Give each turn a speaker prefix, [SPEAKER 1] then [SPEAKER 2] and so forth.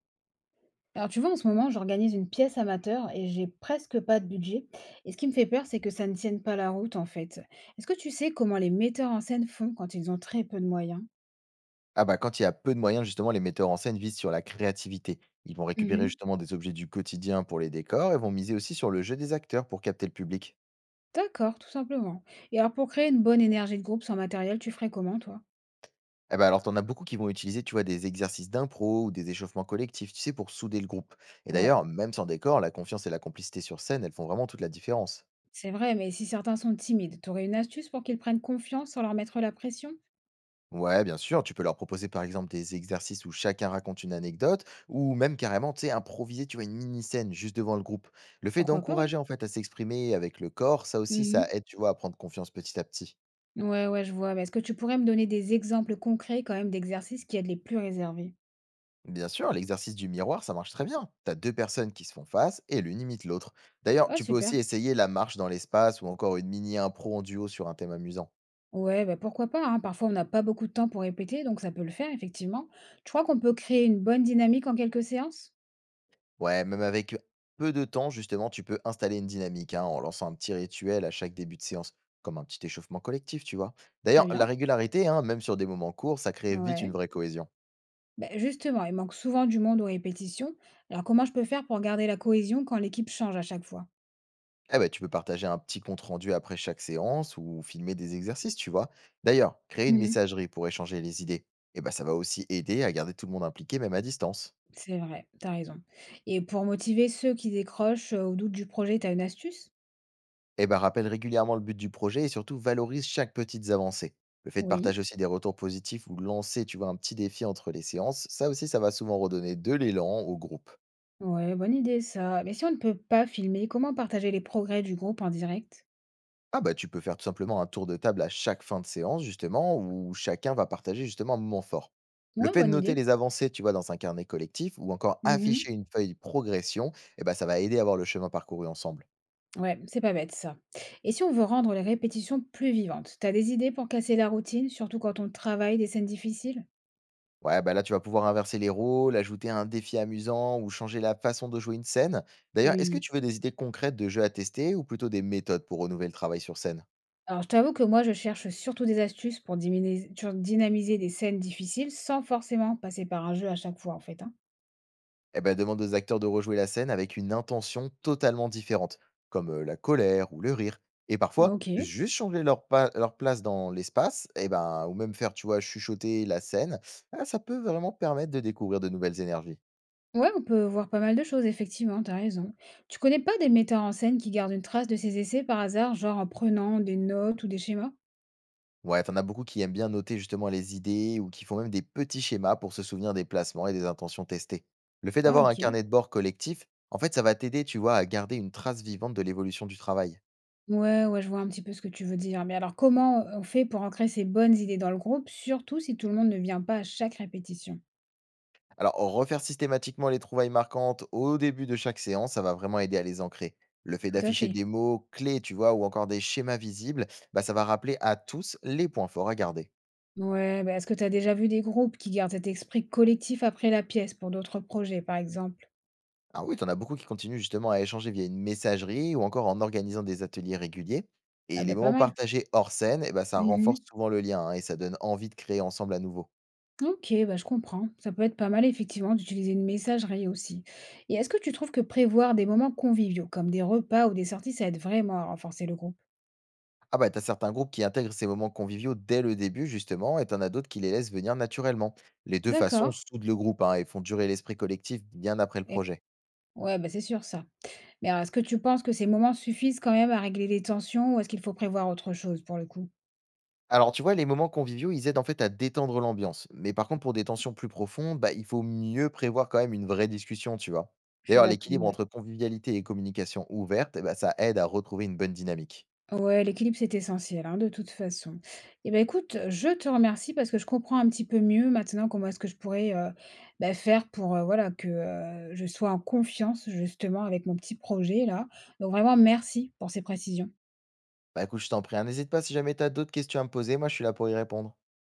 [SPEAKER 1] Alors tu vois, en ce moment, j'organise une pièce amateur et j'ai presque pas de budget. Et ce qui me fait peur, c'est que ça ne tienne pas la route, en fait. Est-ce que tu sais comment les metteurs en scène font quand ils ont très peu de moyens?
[SPEAKER 2] Ah bah, quand il y a peu de moyens, justement, les metteurs en scène visent sur la créativité. Ils vont récupérer
[SPEAKER 1] Mhm.
[SPEAKER 2] justement des objets du quotidien pour les décors et vont miser aussi sur le jeu des acteurs pour capter le public.
[SPEAKER 1] D'accord, tout simplement. Et alors pour créer une bonne énergie de groupe sans matériel, tu ferais comment, toi?
[SPEAKER 2] Eh ben alors, t'en as beaucoup qui vont utiliser, tu vois, des exercices d'impro ou des échauffements collectifs, tu sais, pour souder le groupe. Et
[SPEAKER 1] Ouais,
[SPEAKER 2] d'ailleurs, même sans décor, la confiance et la complicité sur scène, elles font vraiment toute la différence.
[SPEAKER 1] c'est vrai, mais si certains sont timides, t'aurais une astuce pour qu'ils prennent confiance sans leur mettre la pression?
[SPEAKER 2] Ouais, bien sûr, tu peux leur proposer par exemple des exercices où chacun raconte une anecdote ou même carrément, tu sais, improviser, tu vois, une mini-scène juste devant le groupe. Le fait
[SPEAKER 1] Pourquoi pas, ouais.
[SPEAKER 2] d'encourager en fait à s'exprimer avec le corps, ça aussi, ça
[SPEAKER 1] Mhm.
[SPEAKER 2] aide, tu vois, à prendre confiance petit à petit.
[SPEAKER 1] Ouais, ouais, je vois. Mais est-ce que tu pourrais me donner des exemples concrets quand même d'exercices qui aident les plus réservés?
[SPEAKER 2] Bien sûr, l'exercice du miroir, ça marche très bien. T'as deux personnes qui se font face et l'une imite l'autre. D'ailleurs,
[SPEAKER 1] Oh,
[SPEAKER 2] tu peux
[SPEAKER 1] super.
[SPEAKER 2] aussi essayer la marche dans l'espace ou encore une mini-impro en duo sur un thème amusant.
[SPEAKER 1] Ouais, bah, pourquoi pas, hein. Parfois, on n'a pas beaucoup de temps pour répéter, donc ça peut le faire, effectivement. Tu crois qu'on peut créer une bonne dynamique en quelques séances?
[SPEAKER 2] Ouais, même avec peu de temps, justement, tu peux installer une dynamique hein, en lançant un petit rituel à chaque début de séance, comme un petit échauffement collectif, tu vois.
[SPEAKER 1] Très
[SPEAKER 2] D'ailleurs, la
[SPEAKER 1] bien.
[SPEAKER 2] régularité, hein, même sur des moments courts, ça crée vite une
[SPEAKER 1] Ouais.
[SPEAKER 2] vraie cohésion.
[SPEAKER 1] Bah, justement, il manque souvent du monde aux répétitions. Alors, comment je peux faire pour garder la cohésion quand l'équipe change à chaque fois?
[SPEAKER 2] Eh ben, tu peux partager un petit compte-rendu après chaque séance ou filmer des exercices, tu vois. D'ailleurs, créer une
[SPEAKER 1] Mhm.
[SPEAKER 2] messagerie pour échanger les idées, eh ben, ça va aussi aider à garder tout le monde impliqué, même à distance.
[SPEAKER 1] C'est vrai, t'as raison. Et pour motiver ceux qui décrochent ou doutent du projet, t'as une astuce?
[SPEAKER 2] Eh ben, rappelle régulièrement le but du projet et surtout valorise chaque petite avancée. Le fait de
[SPEAKER 1] Oui.
[SPEAKER 2] partager aussi des retours positifs ou de lancer, tu vois, un petit défi entre les séances, ça aussi, ça va souvent redonner de l'élan au groupe.
[SPEAKER 1] Ouais, bonne idée ça. Mais si on ne peut pas filmer, comment partager les progrès du groupe en direct?
[SPEAKER 2] Ah bah tu peux faire tout simplement un tour de table à chaque fin de séance, justement, où chacun va partager justement un moment fort. Le
[SPEAKER 1] Ouais,
[SPEAKER 2] fait de
[SPEAKER 1] bonne
[SPEAKER 2] noter
[SPEAKER 1] idée.
[SPEAKER 2] les avancées, tu vois, dans un carnet collectif ou encore afficher une feuille de progression, eh ben, ça va aider à voir le chemin parcouru ensemble.
[SPEAKER 1] Ouais, c'est pas bête ça. Et si on veut rendre les répétitions plus vivantes, t'as des idées pour casser la routine, surtout quand on travaille des scènes difficiles?
[SPEAKER 2] Ouais, bah là, tu vas pouvoir inverser les rôles, ajouter un défi amusant ou changer la façon de jouer une scène. D'ailleurs, est-ce que
[SPEAKER 1] Oui,
[SPEAKER 2] tu veux des idées concrètes de jeux à tester ou plutôt des méthodes pour renouveler le travail sur scène?
[SPEAKER 1] alors, je t'avoue que moi, je cherche surtout des astuces pour dynamiser des scènes difficiles sans forcément passer par un jeu à chaque fois, en fait, hein.
[SPEAKER 2] Eh ben, demande aux acteurs de rejouer la scène avec une intention totalement différente, comme la colère ou le rire. Et parfois,
[SPEAKER 1] Ok.
[SPEAKER 2] juste changer leur, leur place dans l'espace, eh ben, ou même faire, tu vois, chuchoter la scène, ah, ça peut vraiment permettre de découvrir de nouvelles énergies.
[SPEAKER 1] Ouais, on peut voir pas mal de choses, effectivement, t'as raison. Tu connais pas des metteurs en scène qui gardent une trace de ces essais par hasard, genre en prenant des notes ou des schémas?
[SPEAKER 2] Ouais, t'en as beaucoup qui aiment bien noter justement les idées ou qui font même des petits schémas pour se souvenir des placements et des intentions testées. Le fait
[SPEAKER 1] Ah,
[SPEAKER 2] d'avoir un
[SPEAKER 1] ok.
[SPEAKER 2] carnet de bord collectif, en fait, ça va t'aider, tu vois, à garder une trace vivante de l'évolution du travail.
[SPEAKER 1] Ouais, ouais, je vois un petit peu ce que tu veux dire. Mais alors, comment on fait pour ancrer ces bonnes idées dans le groupe, surtout si tout le monde ne vient pas à chaque répétition?
[SPEAKER 2] Alors, refaire systématiquement les trouvailles marquantes au début de chaque séance, ça va vraiment aider à les ancrer. Le fait
[SPEAKER 1] Tout à
[SPEAKER 2] d'afficher
[SPEAKER 1] fait.
[SPEAKER 2] des mots clés, tu vois, ou encore des schémas visibles, bah, ça va rappeler à tous les points forts à garder.
[SPEAKER 1] Ouais, bah, est-ce que tu as déjà vu des groupes qui gardent cet esprit collectif après la pièce pour d'autres projets, par exemple?
[SPEAKER 2] Alors oui, tu en as beaucoup qui continuent justement à échanger via une messagerie ou encore en organisant des ateliers réguliers. Et
[SPEAKER 1] Ah
[SPEAKER 2] les
[SPEAKER 1] ben pas
[SPEAKER 2] moments
[SPEAKER 1] mal.
[SPEAKER 2] partagés hors scène, eh ben, ça renforce
[SPEAKER 1] Mhm.
[SPEAKER 2] souvent le lien hein, et ça donne envie de créer ensemble à nouveau.
[SPEAKER 1] Ok, bah, je comprends. Ça peut être pas mal, effectivement, d'utiliser une messagerie aussi. Et est-ce que tu trouves que prévoir des moments conviviaux, comme des repas ou des sorties, ça aide vraiment à renforcer le groupe?
[SPEAKER 2] Ah bah, t'as certains groupes qui intègrent ces moments conviviaux dès le début justement et t'en as d'autres qui les laissent venir naturellement. Les deux façons
[SPEAKER 1] D'accord.
[SPEAKER 2] soudent le groupe hein, et font durer l'esprit collectif bien après le
[SPEAKER 1] Et-
[SPEAKER 2] projet.
[SPEAKER 1] Ouais, bah, c'est sûr, ça. Mais alors, est-ce que tu penses que ces moments suffisent quand même à régler les tensions ou est-ce qu'il faut prévoir autre chose pour le coup?
[SPEAKER 2] Alors, tu vois, les moments conviviaux, ils aident en fait à détendre l'ambiance. Mais par contre, pour des tensions plus profondes, bah, il faut mieux prévoir quand même une vraie discussion, tu vois.
[SPEAKER 1] Je suis
[SPEAKER 2] D'ailleurs,
[SPEAKER 1] d'accord,
[SPEAKER 2] l'équilibre
[SPEAKER 1] ouais.
[SPEAKER 2] entre convivialité et communication ouverte, eh ben, ça aide à retrouver une bonne dynamique.
[SPEAKER 1] Ouais, l'équilibre, c'est essentiel, hein, de toute façon. Eh ben, écoute, je te remercie parce que je comprends un petit peu mieux maintenant comment est-ce que je pourrais, bah, faire pour, voilà, que, je sois en confiance justement avec mon petit projet là. Donc vraiment merci pour ces précisions.
[SPEAKER 2] Bah écoute, je t'en prie, hein, n'hésite pas si jamais tu as d'autres questions à me poser, moi je suis là pour y répondre.